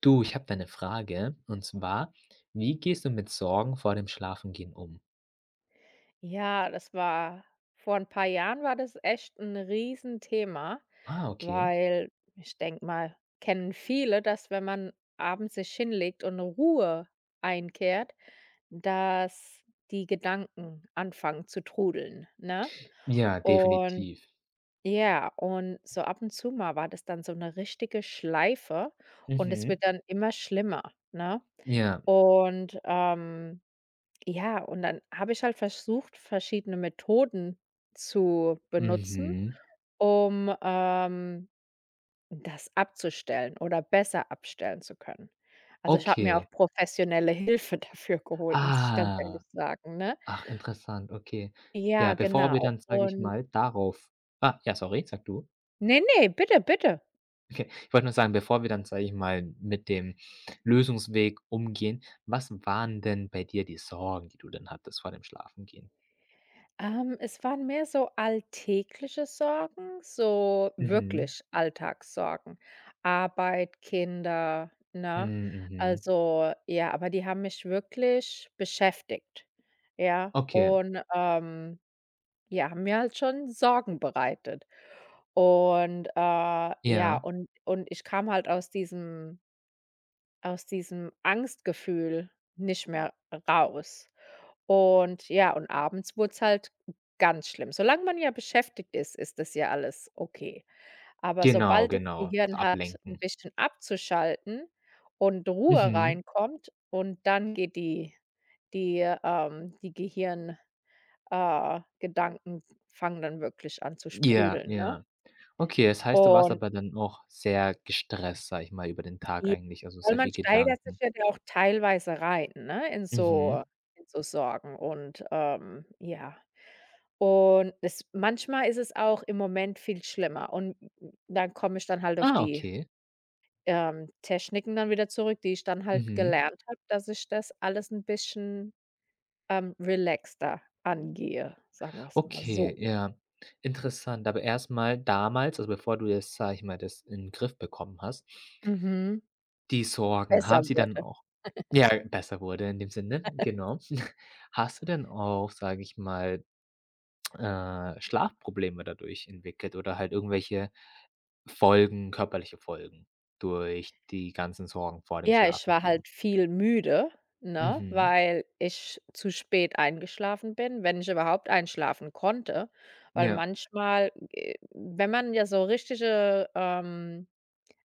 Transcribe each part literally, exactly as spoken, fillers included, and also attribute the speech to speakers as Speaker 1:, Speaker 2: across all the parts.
Speaker 1: Du, ich habe da 'ne Frage und zwar: Wie gehst du mit Sorgen vor dem Schlafengehen um?
Speaker 2: Ja, das war vor ein paar Jahren war das echt ein Riesenthema,
Speaker 1: Ah, okay.
Speaker 2: weil ich denke mal, kennen viele, dass wenn man abends sich hinlegt und 'ne Ruhe einkehrt, dass die Gedanken anfangen zu trudeln, ne?
Speaker 1: Ja,
Speaker 2: Und
Speaker 1: definitiv.
Speaker 2: ja, und so ab und zu mal war das dann so eine richtige Schleife und es
Speaker 1: Mhm.
Speaker 2: wird dann immer schlimmer, ne?
Speaker 1: Ja.
Speaker 2: Und, ähm ja, und dann habe ich halt versucht, verschiedene Methoden zu benutzen,
Speaker 1: Mhm.
Speaker 2: um, ähm, das abzustellen oder besser abstellen zu können. Also, ich habe mir
Speaker 1: Okay.
Speaker 2: auch professionelle Hilfe dafür geholt, muss ich ganz
Speaker 1: Ah.
Speaker 2: ehrlich sagen, ne?
Speaker 1: Ach, interessant, okay. Ja,
Speaker 2: Ja,
Speaker 1: bevor wir
Speaker 2: genau.
Speaker 1: dann, sage ich
Speaker 2: Und
Speaker 1: mal, darauf ah, ja, sorry, sag du.
Speaker 2: ne, ne, bitte, bitte.
Speaker 1: Okay. Ich wollte nur sagen, bevor wir dann, sage ich mal, mit dem Lösungsweg umgehen, was waren denn bei dir die Sorgen, die du dann hattest vor dem Schlafengehen?
Speaker 2: Ähm, es waren mehr so alltägliche Sorgen, so
Speaker 1: Mhm.
Speaker 2: wirklich Alltagssorgen. Arbeit, Kinder, ne?
Speaker 1: Hm, mhm.
Speaker 2: Also, ja, aber die haben mich wirklich beschäftigt, ja?
Speaker 1: Okay,
Speaker 2: Und, ähm, ja, haben mir halt schon Sorgen bereitet. Und, äh, ja,
Speaker 1: ja.
Speaker 2: und und ich kam halt aus diesem aus diesem Angstgefühl nicht mehr raus. Und ja, und abends wurd's halt ganz schlimm. Solange man ja beschäftigt ist, ist das ja alles okay. Aber
Speaker 1: Genau,
Speaker 2: sobald das
Speaker 1: genau,
Speaker 2: Gehirn hat, ein
Speaker 1: ablenken.
Speaker 2: bisschen abzuschalten und Ruhe
Speaker 1: Mhm.
Speaker 2: reinkommt und dann geht die die, ähm die Gehirn äh, Gedanken fangen dann wirklich an zu
Speaker 1: Ja,
Speaker 2: sprudeln, ne?
Speaker 1: ja. Okay, das heißt, du warst
Speaker 2: Und
Speaker 1: aber dann auch sehr gestresst, sage ich mal, über den Tag
Speaker 2: Ja,
Speaker 1: eigentlich, also
Speaker 2: weil
Speaker 1: sehr
Speaker 2: man
Speaker 1: viel
Speaker 2: steigert sich
Speaker 1: Gedanken.
Speaker 2: ja da auch teilweise rein, ne, in so
Speaker 1: Mhm.
Speaker 2: in so Sorgen und, ähm, ja. Und es manchmal ist es auch im Moment viel schlimmer und dann komme ich dann halt auf
Speaker 1: Ah,
Speaker 2: die,
Speaker 1: okay.
Speaker 2: ähm, Techniken dann wieder zurück, die ich dann halt
Speaker 1: Mhm.
Speaker 2: gelernt habe, dass ich das alles 'n bisschen, ähm, relaxter angehe, sagen wir's mal
Speaker 1: Okay,
Speaker 2: so.
Speaker 1: ja. Interessant. Aber erst mal damals, also bevor du das, sage ich mal, das in den Griff bekommen hast,
Speaker 2: Mhm.
Speaker 1: die Sorgen,
Speaker 2: Besser
Speaker 1: haben sie dann
Speaker 2: wurde.
Speaker 1: auch ja, besser wurde in dem Sinne, genau. Hast du denn auch, sage ich mal, äh, Schlafprobleme dadurch entwickelt oder halt irgendwelche Folgen körperliche Folgen durch die ganzen Sorgen vor dem
Speaker 2: Ja, ich war
Speaker 1: Schlafengehen.
Speaker 2: halt viel müde, ne,
Speaker 1: Mhm.
Speaker 2: weil ich zu spät eingeschlafen bin, wenn ich überhaupt einschlafen konnte. Weil
Speaker 1: Ja,
Speaker 2: manchmal, äh, wenn man ja so richtige, ähm,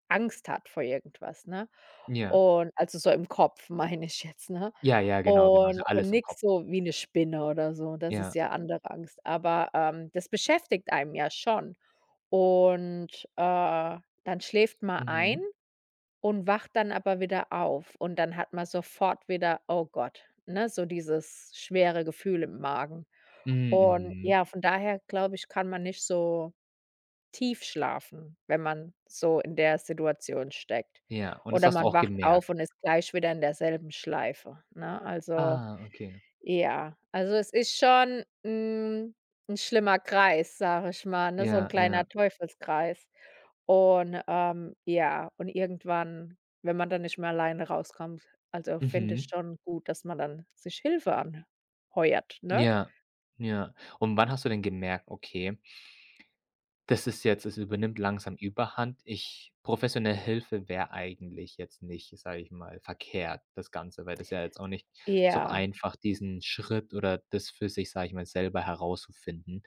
Speaker 2: Angst hat vor irgendwas, ne?
Speaker 1: ja.
Speaker 2: Und also so im Kopf meine ich jetzt, ne?
Speaker 1: Ja, ja, genau, genau. Ist ja
Speaker 2: Und und
Speaker 1: alles im
Speaker 2: nix
Speaker 1: Kopf.
Speaker 2: so wie 'ne Spinne oder so, das ist
Speaker 1: Ja.
Speaker 2: ja andere Angst. Aber, ähm, das beschäftigt einem ja schon. Und, äh, dann schläft man ein
Speaker 1: Mhm.
Speaker 2: und wacht dann aber wieder auf und dann hat man sofort wieder oh Gott, ne, so dieses schwere Gefühl im Magen.
Speaker 1: Mhm,
Speaker 2: Und
Speaker 1: mhm.
Speaker 2: ja, von daher glaube ich, kann man nicht so tief schlafen, wenn man so in der Situation steckt.
Speaker 1: Ja, und das
Speaker 2: Oder
Speaker 1: hast du
Speaker 2: man
Speaker 1: auch
Speaker 2: wacht
Speaker 1: gemerkt?
Speaker 2: auf und ist gleich wieder in derselben Schleife, ne? Also,
Speaker 1: Ah, okay.
Speaker 2: ja. Also, es ist schon, hm, 'n schlimmer Kreis, sage ich mal, ne, so ein
Speaker 1: Ja, ja.
Speaker 2: kleiner Teufelskreis. Und, ähm, ja, und irgendwann, wenn man dann nicht mehr alleine rauskommt, also, finde ich
Speaker 1: Mhm.
Speaker 2: schon gut, dass man dann sich Hilfe anheuert, ne?
Speaker 1: Ja, ja. Und wann hast du denn gemerkt: „Okay", das ist jetzt, es übernimmt langsam Überhand. Ich Professionelle Hilfe wäre eigentlich jetzt nicht, sage ich mal, verkehrt, das Ganze, weil das ja jetzt auch nicht so
Speaker 2: Ja,
Speaker 1: einfach diesen Schritt oder das für sich, sage ich mal, selber herauszufinden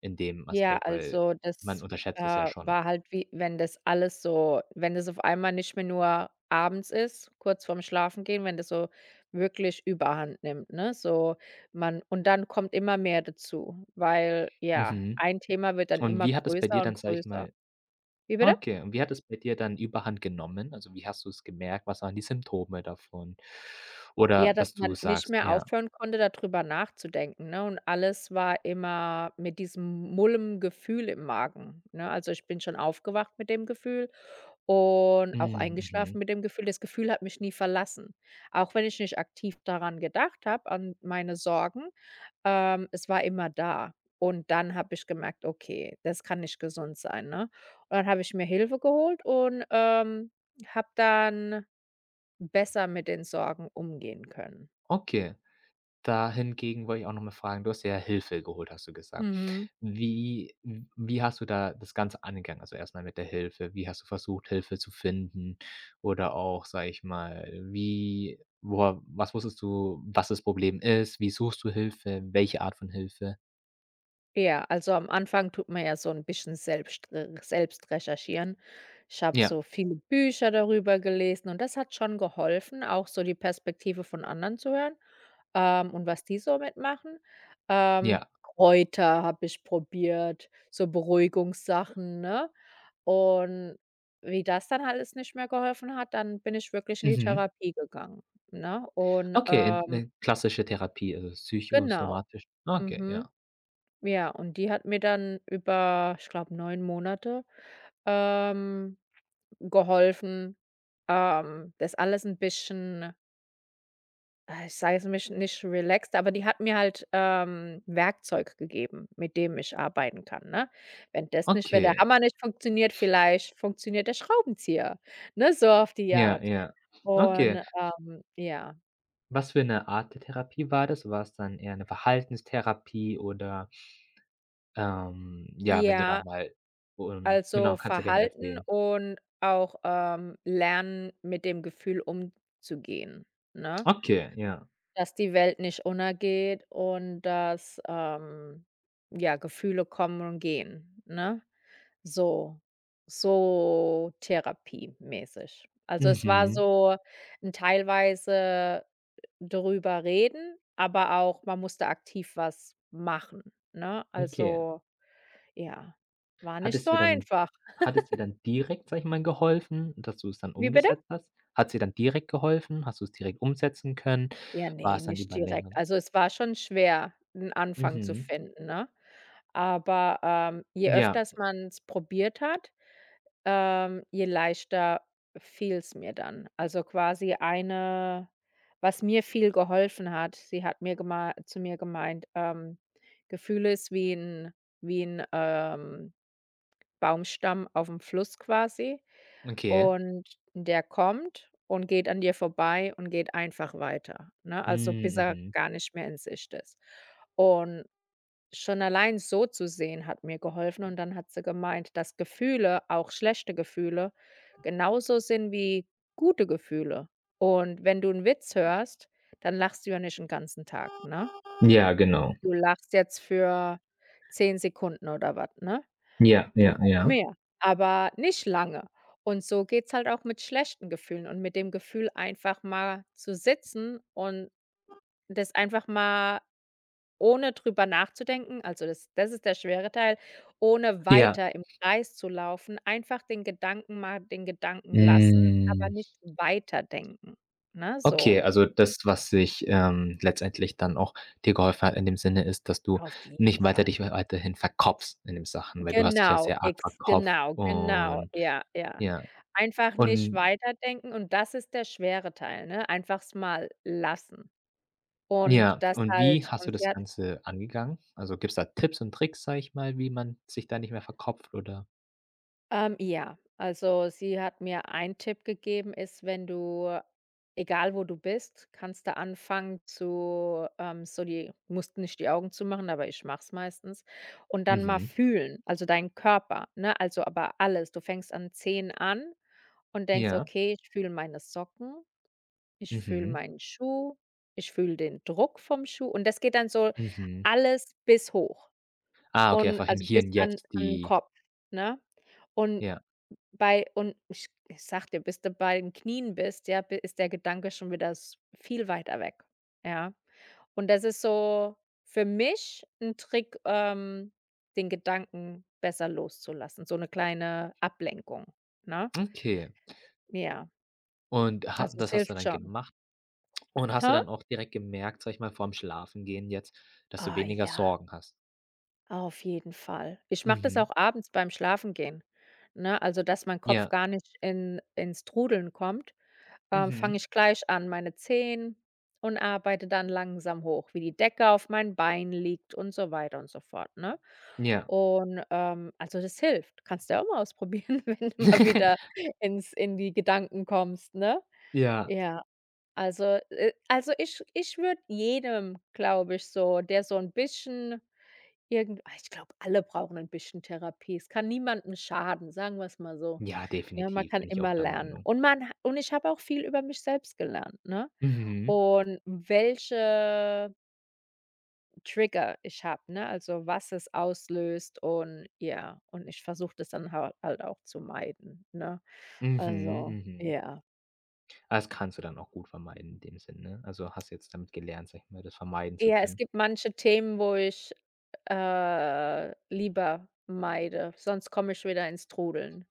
Speaker 1: in dem
Speaker 2: ja,
Speaker 1: Aspekt, weil
Speaker 2: also,
Speaker 1: man
Speaker 2: das,
Speaker 1: unterschätzt es ja
Speaker 2: äh,
Speaker 1: schon.
Speaker 2: war halt wie wenn das alles so wenn das auf einmal nicht mehr nur abends ist, kurz vorm Schlafengehen, wenn das so wirklich Überhand nimmt, ne? So, man und dann kommt immer mehr dazu, weil, ja,
Speaker 1: Mhm.
Speaker 2: ein Thema wird dann
Speaker 1: Und
Speaker 2: immer
Speaker 1: wie hat es bei
Speaker 2: größer
Speaker 1: dir
Speaker 2: und
Speaker 1: dann, sage ich
Speaker 2: größer.
Speaker 1: mal,
Speaker 2: Wie bitte?
Speaker 1: okay, und wie hat es bei dir dann Überhand genommen? Also, wie hast du es gemerkt? Was waren die Symptome davon? Oder
Speaker 2: Ja, dass
Speaker 1: dass du
Speaker 2: man nicht
Speaker 1: sagst
Speaker 2: mehr
Speaker 1: ja,
Speaker 2: aufhören konnte, darüber nachzudenken, ne? Und alles war immer mit diesem mulmigen Gefühl im Magen, ne? Also, ich bin schon aufgewacht mit dem Gefühl und auch
Speaker 1: mhm,
Speaker 2: eingeschlafen
Speaker 1: mhm.
Speaker 2: mit dem Gefühl. Das Gefühl hat mich nie verlassen. Auch wenn ich nicht aktiv daran gedacht habe, an meine Sorgen, ähm, es war immer da. Und dann habe ich gemerkt: „Okay, das kann nicht gesund sein“, ne? Und dann habe ich mir Hilfe geholt und, ähm, habe dann besser mit den Sorgen umgehen können.
Speaker 1: Okay. Da hingegen wollte ich auch noch mal fragen, du hast ja Hilfe geholt, hast du gesagt.
Speaker 2: Mhm.
Speaker 1: Wie wie hast du da das Ganze angegangen? Also, erstmal mit der Hilfe. Wie hast du versucht, Hilfe zu finden? Oder auch, sage ich mal, wie woher was wusstest du, was das Problem ist? Wie suchst du Hilfe? Welche Art von Hilfe?
Speaker 2: Ja, also am Anfang tut man ja so ein bisschen selbst re selbst recherchieren. Ich habe
Speaker 1: Ja,
Speaker 2: so viele Bücher darüber gelesen und das hat schon geholfen, auch so die Perspektive von anderen zu hören, ähm, und was die so mitmachen. Ähm,
Speaker 1: ja.
Speaker 2: Kräuter habe ich probiert, so Beruhigungssachen, ne? Und wie das dann alles nicht mehr geholfen hat, dann bin ich wirklich in die
Speaker 1: Mhm.
Speaker 2: Therapie gegangen, ne? Und,
Speaker 1: Okay, in
Speaker 2: ähm
Speaker 1: 'ne klassische Therapie, also,
Speaker 2: genau.
Speaker 1: psychosomatisch. Okay,
Speaker 2: Mhm.
Speaker 1: ja.
Speaker 2: Ja, und die hat mir dann über, ich glaube, neun Monate, ähm, geholfen, ähm, das alles ein bisschen äh, ich sage es nicht nicht relaxed, aber die hat mir halt, ähm, Werkzeug gegeben, mit dem ich arbeiten kann, ne? Wenn das nicht wenn der
Speaker 1: Okay.
Speaker 2: Hammer nicht funktioniert, vielleicht funktioniert der Schraubenzieher, ne, so auf die
Speaker 1: Ja,
Speaker 2: Art.
Speaker 1: ja.
Speaker 2: Und,
Speaker 1: Okay.
Speaker 2: ähm, ja.
Speaker 1: Was für eine Art der Therapie war das? War es dann eher 'ne Verhaltenstherapie oder, ähm ja, wenn du da
Speaker 2: Ja,
Speaker 1: mal und genau,
Speaker 2: also,
Speaker 1: kannst ja gerne
Speaker 2: Verhalten
Speaker 1: erzählen.
Speaker 2: und auch, ähm, lernen, mit dem Gefühl umzugehen, ne?
Speaker 1: Okay, ja.
Speaker 2: Dass die Welt nicht untergeht und dass, ähm, ja, Gefühle kommen und gehen, ne? So so therapiemäßig. Also, es war
Speaker 1: Mhm,
Speaker 2: so ein teilweise drüber reden, aber auch man musste aktiv was machen, ne?
Speaker 1: okay.
Speaker 2: Also, ja, war
Speaker 1: Hat
Speaker 2: nicht
Speaker 1: es
Speaker 2: so
Speaker 1: dir dann
Speaker 2: einfach.
Speaker 1: hat es dir dann direkt, sage ich mal, geholfen, dass du's dann
Speaker 2: Wie bitte?
Speaker 1: umgesetzt hast? Hat's dir dann direkt geholfen? Hast du's direkt umsetzen können?
Speaker 2: Ja,
Speaker 1: War
Speaker 2: ne,
Speaker 1: es dann
Speaker 2: nicht
Speaker 1: über
Speaker 2: direkt.
Speaker 1: länger,
Speaker 2: Also, es war schon schwer, 'n Anfang zu
Speaker 1: mhm.
Speaker 2: finden, ne? Aber, ähm, je
Speaker 1: Ja,
Speaker 2: öfters man's probiert hat, ähm, je leichter fiel's mir dann. Also, quasi eine was mir viel geholfen hat, sie hat mir gemei zu mir gemeint, ähm, Gefühle ist wie 'n wie 'n, ähm, Baumstamm aufm Fluss quasi.
Speaker 1: okay.
Speaker 2: Und der kommt und geht an dir vorbei und geht einfach weiter, ne?
Speaker 1: Hm,
Speaker 2: Also, bis er
Speaker 1: mhm.
Speaker 2: gar nicht mehr in Sicht ist. Und schon allein so zu sehen, hat mir geholfen und dann hat sie gemeint, dass Gefühle, auch schlechte Gefühle, genauso sind wie gute Gefühle. Und wenn du einen Witz hörst, dann lachst du ja nicht den ganzen Tag, ne?
Speaker 1: Ja, genau.
Speaker 2: Du lachst jetzt für zehn Sekunden oder was, ne?
Speaker 1: Ja, ja,
Speaker 2: Oder auch
Speaker 1: ja.
Speaker 2: mehr, aber nicht lange. Und so geht's halt auch mit schlechten Gefühlen und mit dem Gefühl, einfach mal zu sitzen und das einfach mal ohne drüber nachzudenken, also das das ist der schwere Teil, ohne
Speaker 1: Ja.
Speaker 2: weiter im Kreis zu laufen, einfach den Gedanken mal den Gedanken lassen, aber
Speaker 1: Hm.
Speaker 2: nicht weiterdenken, ne, so
Speaker 1: Okay, also das, was sich, ähm, letztendlich dann auch dir geholfen hat in dem Sinne ist, dass du
Speaker 2: auf jeden
Speaker 1: nicht weiter
Speaker 2: Fall.
Speaker 1: dich weiterhin verkopfst in den Sachen, weil du hast dich ja
Speaker 2: Genau,
Speaker 1: sehr arg
Speaker 2: ex
Speaker 1: verkopft
Speaker 2: genau, genau,
Speaker 1: und
Speaker 2: ja, ja.
Speaker 1: ja.
Speaker 2: Einfach nicht
Speaker 1: Und
Speaker 2: weiterdenken und das ist der schwere Teil, ne? Einfach's mal lassen. Und
Speaker 1: ja,
Speaker 2: das
Speaker 1: und wie
Speaker 2: halt.
Speaker 1: hast du
Speaker 2: Und sie
Speaker 1: das
Speaker 2: hat
Speaker 1: Ganze angegangen? Also, gibt es da Tipps und Tricks, sag ich mal, wie man sich da nicht mehr verkopft oder
Speaker 2: Ähm, ja, also sie hat mir einen Tipp gegeben, ist, wenn du, egal wo du bist, kannst du anfangen zu, ähm, so die musst nicht die Augen zumachen, aber ich mach's meistens. Und dann mal
Speaker 1: mhm,
Speaker 2: fühlen, also deinen Körper, ne? Also aber alles. Du fängst an Zehen an und denkst,
Speaker 1: ja,
Speaker 2: okay, ich fühle meine Socken, ich fühle
Speaker 1: mhm,
Speaker 2: meinen Schuh, ich fühle den Druck vom Schuh. Und das geht dann so
Speaker 1: mhm.
Speaker 2: alles bis hoch
Speaker 1: Ah, okay,
Speaker 2: und
Speaker 1: einfach im
Speaker 2: also
Speaker 1: Hier
Speaker 2: bis
Speaker 1: und
Speaker 2: an,
Speaker 1: Jetzt
Speaker 2: an den
Speaker 1: die
Speaker 2: Kopf, ne? Und
Speaker 1: ja,
Speaker 2: bei und ich ich sage dir, bis du bei den Knien bist, ja, bi ist der Gedanke schon wieder s viel weiter weg, ja? Und das ist so für mich ein Trick, ähm, den Gedanken besser loszulassen, so eine kleine Ablenkung, ne?
Speaker 1: okay.
Speaker 2: Ja,
Speaker 1: Und ha
Speaker 2: also es
Speaker 1: das hast du
Speaker 2: hilft
Speaker 1: dann
Speaker 2: schon.
Speaker 1: gemacht? Und hast du
Speaker 2: Hä?
Speaker 1: dann auch direkt gemerkt, sag ich mal, vorm Schlafengehen jetzt, dass du
Speaker 2: Ah
Speaker 1: weniger
Speaker 2: ja,
Speaker 1: Sorgen hast?
Speaker 2: auf jeden Fall. Ich mache das
Speaker 1: Mhm.
Speaker 2: auch abends beim Schlafengehen, ne? Also, dass mein Kopf
Speaker 1: Ja.
Speaker 2: gar nicht in ins Trudeln kommt. Ähm, fange
Speaker 1: Mhm.
Speaker 2: ich gleich an, meine Zehen und arbeite dann langsam hoch, wie die Decke auf mein Bein liegt und so weiter und so fort, ne?
Speaker 1: Ja.
Speaker 2: Und, ähm, also, das hilft. Kannst du ja auch mal ausprobieren, wenn du mal wieder ins in die Gedanken kommst, ne?
Speaker 1: Ja.
Speaker 2: Ja, also, äh also, ich ich würde jedem, glaube ich so, der so ein bisschen Irgend ah, ich glaube, alle brauchen ein bisschen Therapie. Es kann niemandem schaden, sagen wir's mal so.
Speaker 1: Ja,
Speaker 2: Ne, man
Speaker 1: definitiv,
Speaker 2: kann
Speaker 1: bin ich auch
Speaker 2: immer
Speaker 1: der
Speaker 2: lernen.
Speaker 1: Meinung.
Speaker 2: Und man ha und ich habe auch viel über mich selbst gelernt, ne?
Speaker 1: Mhm.
Speaker 2: Und welche Trigger ich habe, ne? Also, was es auslöst und ja, und ich versuche das dann hal halt auch zu meiden, ne?
Speaker 1: Mhm,
Speaker 2: Also,
Speaker 1: mhm.
Speaker 2: ja.
Speaker 1: Ah, das kannst du dann auch gut vermeiden in dem Sinne, ne? Also, hast jetzt damit gelernt, sag ich mal, das vermeiden zu
Speaker 2: Ja, es
Speaker 1: können.
Speaker 2: gibt manche Themen, wo ich, äh, lieber meide, sonst komme ich wieder ins Trudeln,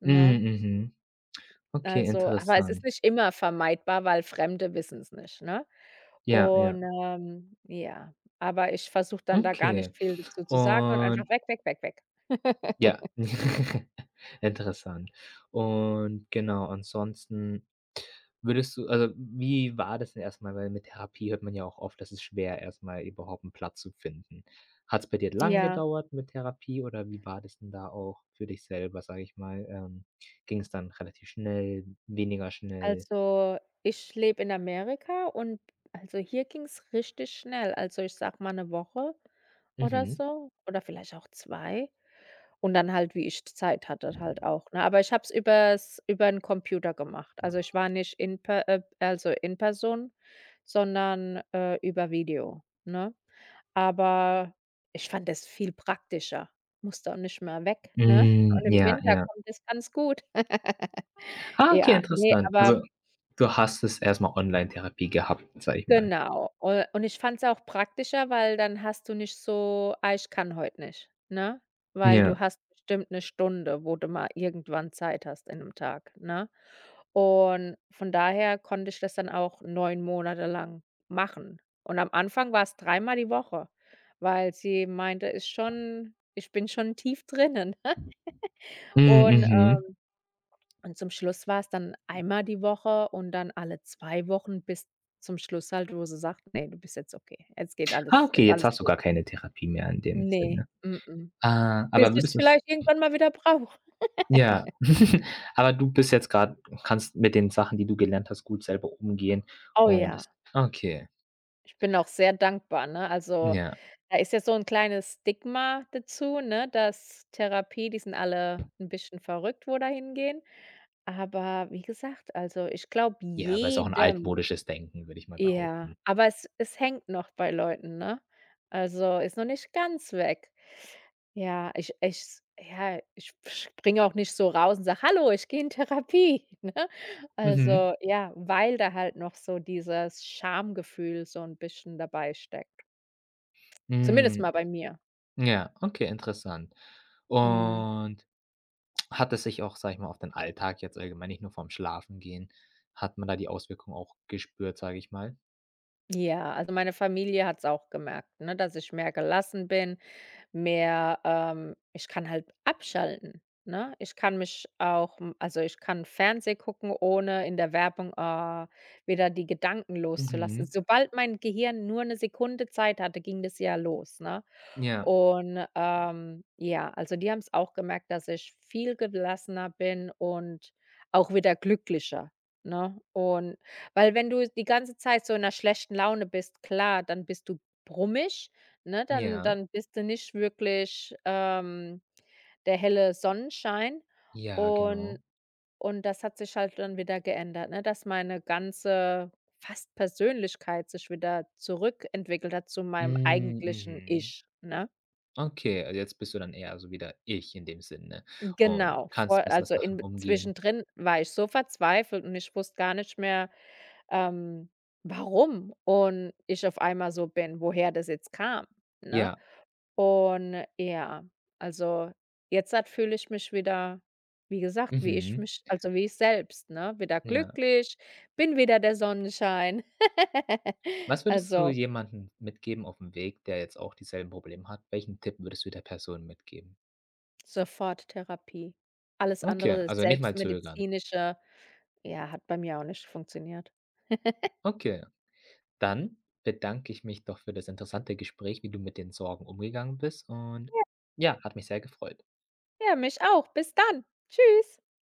Speaker 2: ne?
Speaker 1: Mhm, mhm. Okay,
Speaker 2: Also aber es ist
Speaker 1: interessant.
Speaker 2: nicht immer vermeidbar, weil Fremde wissen es nicht, ne?
Speaker 1: Ja, ja.
Speaker 2: Und, ähm, ja, aber ich versuche dann da gar
Speaker 1: Okay.
Speaker 2: nicht viel dazu zu sagen und einfach
Speaker 1: Und
Speaker 2: weg, weg, weg, weg.
Speaker 1: ja, interessant. Und genau, ansonsten würdest du, also, wie war das denn erstmal? Weil mit Therapie hört man ja auch oft, das ist schwer, erstmal überhaupt einen Platz zu finden. Hat es bei dir lang
Speaker 2: Ja,
Speaker 1: gedauert mit Therapie oder wie war das denn da auch für dich selber, sage ich mal? Ähm, Ging es dann relativ schnell, weniger schnell?
Speaker 2: also, ich lebe in Amerika und also, hier ging's richtig schnell. Also, ich sag mal eine Woche oder
Speaker 1: Mhm.
Speaker 2: so oder vielleicht auch zwei. Und dann halt, wie ich Zeit hatte halt auch, ne? Aber ich habe es übers über übern Computer gemacht. Also, ich war nicht in per äh, also in Person, sondern, äh, über Video, ne? Aber ich fand das viel praktischer. Musste auch nicht mehr weg, ne?
Speaker 1: Hm,
Speaker 2: Und im
Speaker 1: ja,
Speaker 2: Winter
Speaker 1: ja.
Speaker 2: kommt es ganz gut.
Speaker 1: Ah, okay,
Speaker 2: Ja, ne,
Speaker 1: interessant.
Speaker 2: aber
Speaker 1: Also, du hast es erstmal Online-Therapie gehabt, sage ich mal.
Speaker 2: Genau. U Und ich fand's auch praktischer, weil dann hast du nicht so: „Ah, ich kann heute nicht“, ne? Weil
Speaker 1: Ja.
Speaker 2: du hast bestimmt 'ne Stunde, wo du mal irgendwann Zeit hast in 'nem Tag, ne? Und von daher konnte ich das dann auch neun Monate lang machen. Und am Anfang war's dreimal die Woche, weil sie meinte, ist schon ich bin schon tief drinnen, ne?
Speaker 1: Mhm,
Speaker 2: Und,
Speaker 1: mhm.
Speaker 2: äh und zum Schluss war es dann einmal die Woche und dann alle zwei Wochen bis zum Schluss halt, wo sie sagt: „Ne, du bist jetzt okay. Jetzt geht
Speaker 1: Ah,
Speaker 2: alles
Speaker 1: okay,
Speaker 2: ist
Speaker 1: jetzt
Speaker 2: alles
Speaker 1: hast du
Speaker 2: gut.“
Speaker 1: gar keine Therapie mehr in dem
Speaker 2: Ne,
Speaker 1: Sinne.
Speaker 2: mm-mm.
Speaker 1: Ah,
Speaker 2: Bis
Speaker 1: aber würdest
Speaker 2: ich's
Speaker 1: du's
Speaker 2: vielleicht irgendwann mal wieder brauche.
Speaker 1: ja, aber du bist jetzt grad, kannst mit den Sachen, die du gelernt hast, gut selber umgehen
Speaker 2: Oh
Speaker 1: und
Speaker 2: ja,
Speaker 1: das okay,
Speaker 2: ich bin auch sehr dankbar, ne? Also,
Speaker 1: ja.
Speaker 2: da ist ja so 'n kleines Stigma dazu, ne, dass Therapie, die sind alle 'n bisschen verrückt, wo da hingehen. Aber wie gesagt, also, ich glaube
Speaker 1: Ja, aber ist auch 'n
Speaker 2: jedem.
Speaker 1: altmodisches Denken, würde ich mal
Speaker 2: Ja,
Speaker 1: behaupten.
Speaker 2: aber es es hängt noch bei Leuten, ne? Also, ist noch nicht ganz weg. Ja, ich ich ja, ich springe auch nicht so raus und sage: „Hallo, ich gehe in Therapie“, ne?
Speaker 1: Mhm.
Speaker 2: Also, ja, weil da halt noch so dieses Schamgefühl so ein bisschen dabei steckt. Zumindest
Speaker 1: Hm,
Speaker 2: mal bei mir.
Speaker 1: ja, okay, interessant.
Speaker 2: Mhm.
Speaker 1: Und hat es sich auch, sage ich mal, auf den Alltag jetzt allgemein, nicht nur vorm Schlafengehen, hat man da die Auswirkung auch gespürt, sage ich mal?
Speaker 2: Ja, also meine Familie hat es auch gemerkt, ne, dass ich mehr gelassen bin. Mehr ähm, ich kann halt abschalten, ne? Ich kann mich auch hm, also, ich kann Fernseh gucken, ohne in der Werbung, äh, wieder die Gedanken loszulassen.
Speaker 1: Mhm.
Speaker 2: Sobald mein Gehirn nur eine Sekunde Zeit hatte, ging das ja los, ne?
Speaker 1: Ja,
Speaker 2: Und, ähm, ja, also, die haben es auch gemerkt, dass ich viel gelassener bin und auch wieder glücklicher, ne? Und weil wenn du die ganze Zeit so in einer schlechten Laune bist, klar, dann bist du brummig, ne? Dann
Speaker 1: ja,
Speaker 2: dann bist du nicht wirklich, ähm, der helle Sonnenschein.
Speaker 1: ja,
Speaker 2: Und
Speaker 1: genau.
Speaker 2: und das hat sich halt dann wieder geändert, ne, dass meine ganze fast Persönlichkeit sich wieder zurückentwickelt hat zu meinem
Speaker 1: Hm,
Speaker 2: eigentlichen
Speaker 1: mhm.
Speaker 2: Ich, ne?
Speaker 1: Okay, also jetzt bist du dann eher so wieder ich in dem Sinne und
Speaker 2: Genau,
Speaker 1: kannst
Speaker 2: vor
Speaker 1: besser
Speaker 2: also,
Speaker 1: Sachen
Speaker 2: in
Speaker 1: umgehen.
Speaker 2: zwischendrin war ich so verzweifelt und ich wusste gar nicht mehr, ähm, warum und ich auf einmal so bin, woher das jetzt kam, ne?
Speaker 1: Ja,
Speaker 2: Und ja, also, jetzt halt fühle ich mich wieder, wie gesagt, wie ich
Speaker 1: mhm,
Speaker 2: mich also, wie ich selbst, ne? Wieder
Speaker 1: ja.
Speaker 2: glücklich, bin wieder der Sonnenschein.
Speaker 1: Was würdest du
Speaker 2: Also,
Speaker 1: jemandem mitgeben auf dem Weg, der jetzt auch dieselben Probleme hat? Welchen Tipp würdest du der Person mitgeben?
Speaker 2: sofort Therapie. Alles
Speaker 1: Okay,
Speaker 2: andere, das
Speaker 1: also nicht mal zögern.
Speaker 2: selbstmedizinische, ja, hat bei mir auch nicht funktioniert.
Speaker 1: Okay, dann bedanke ich mich doch für das interessante Gespräch, wie du mit den Sorgen umgegangen bist und ja, hat mich sehr gefreut.
Speaker 2: Ja, mich auch. Bis dann. Tschüss.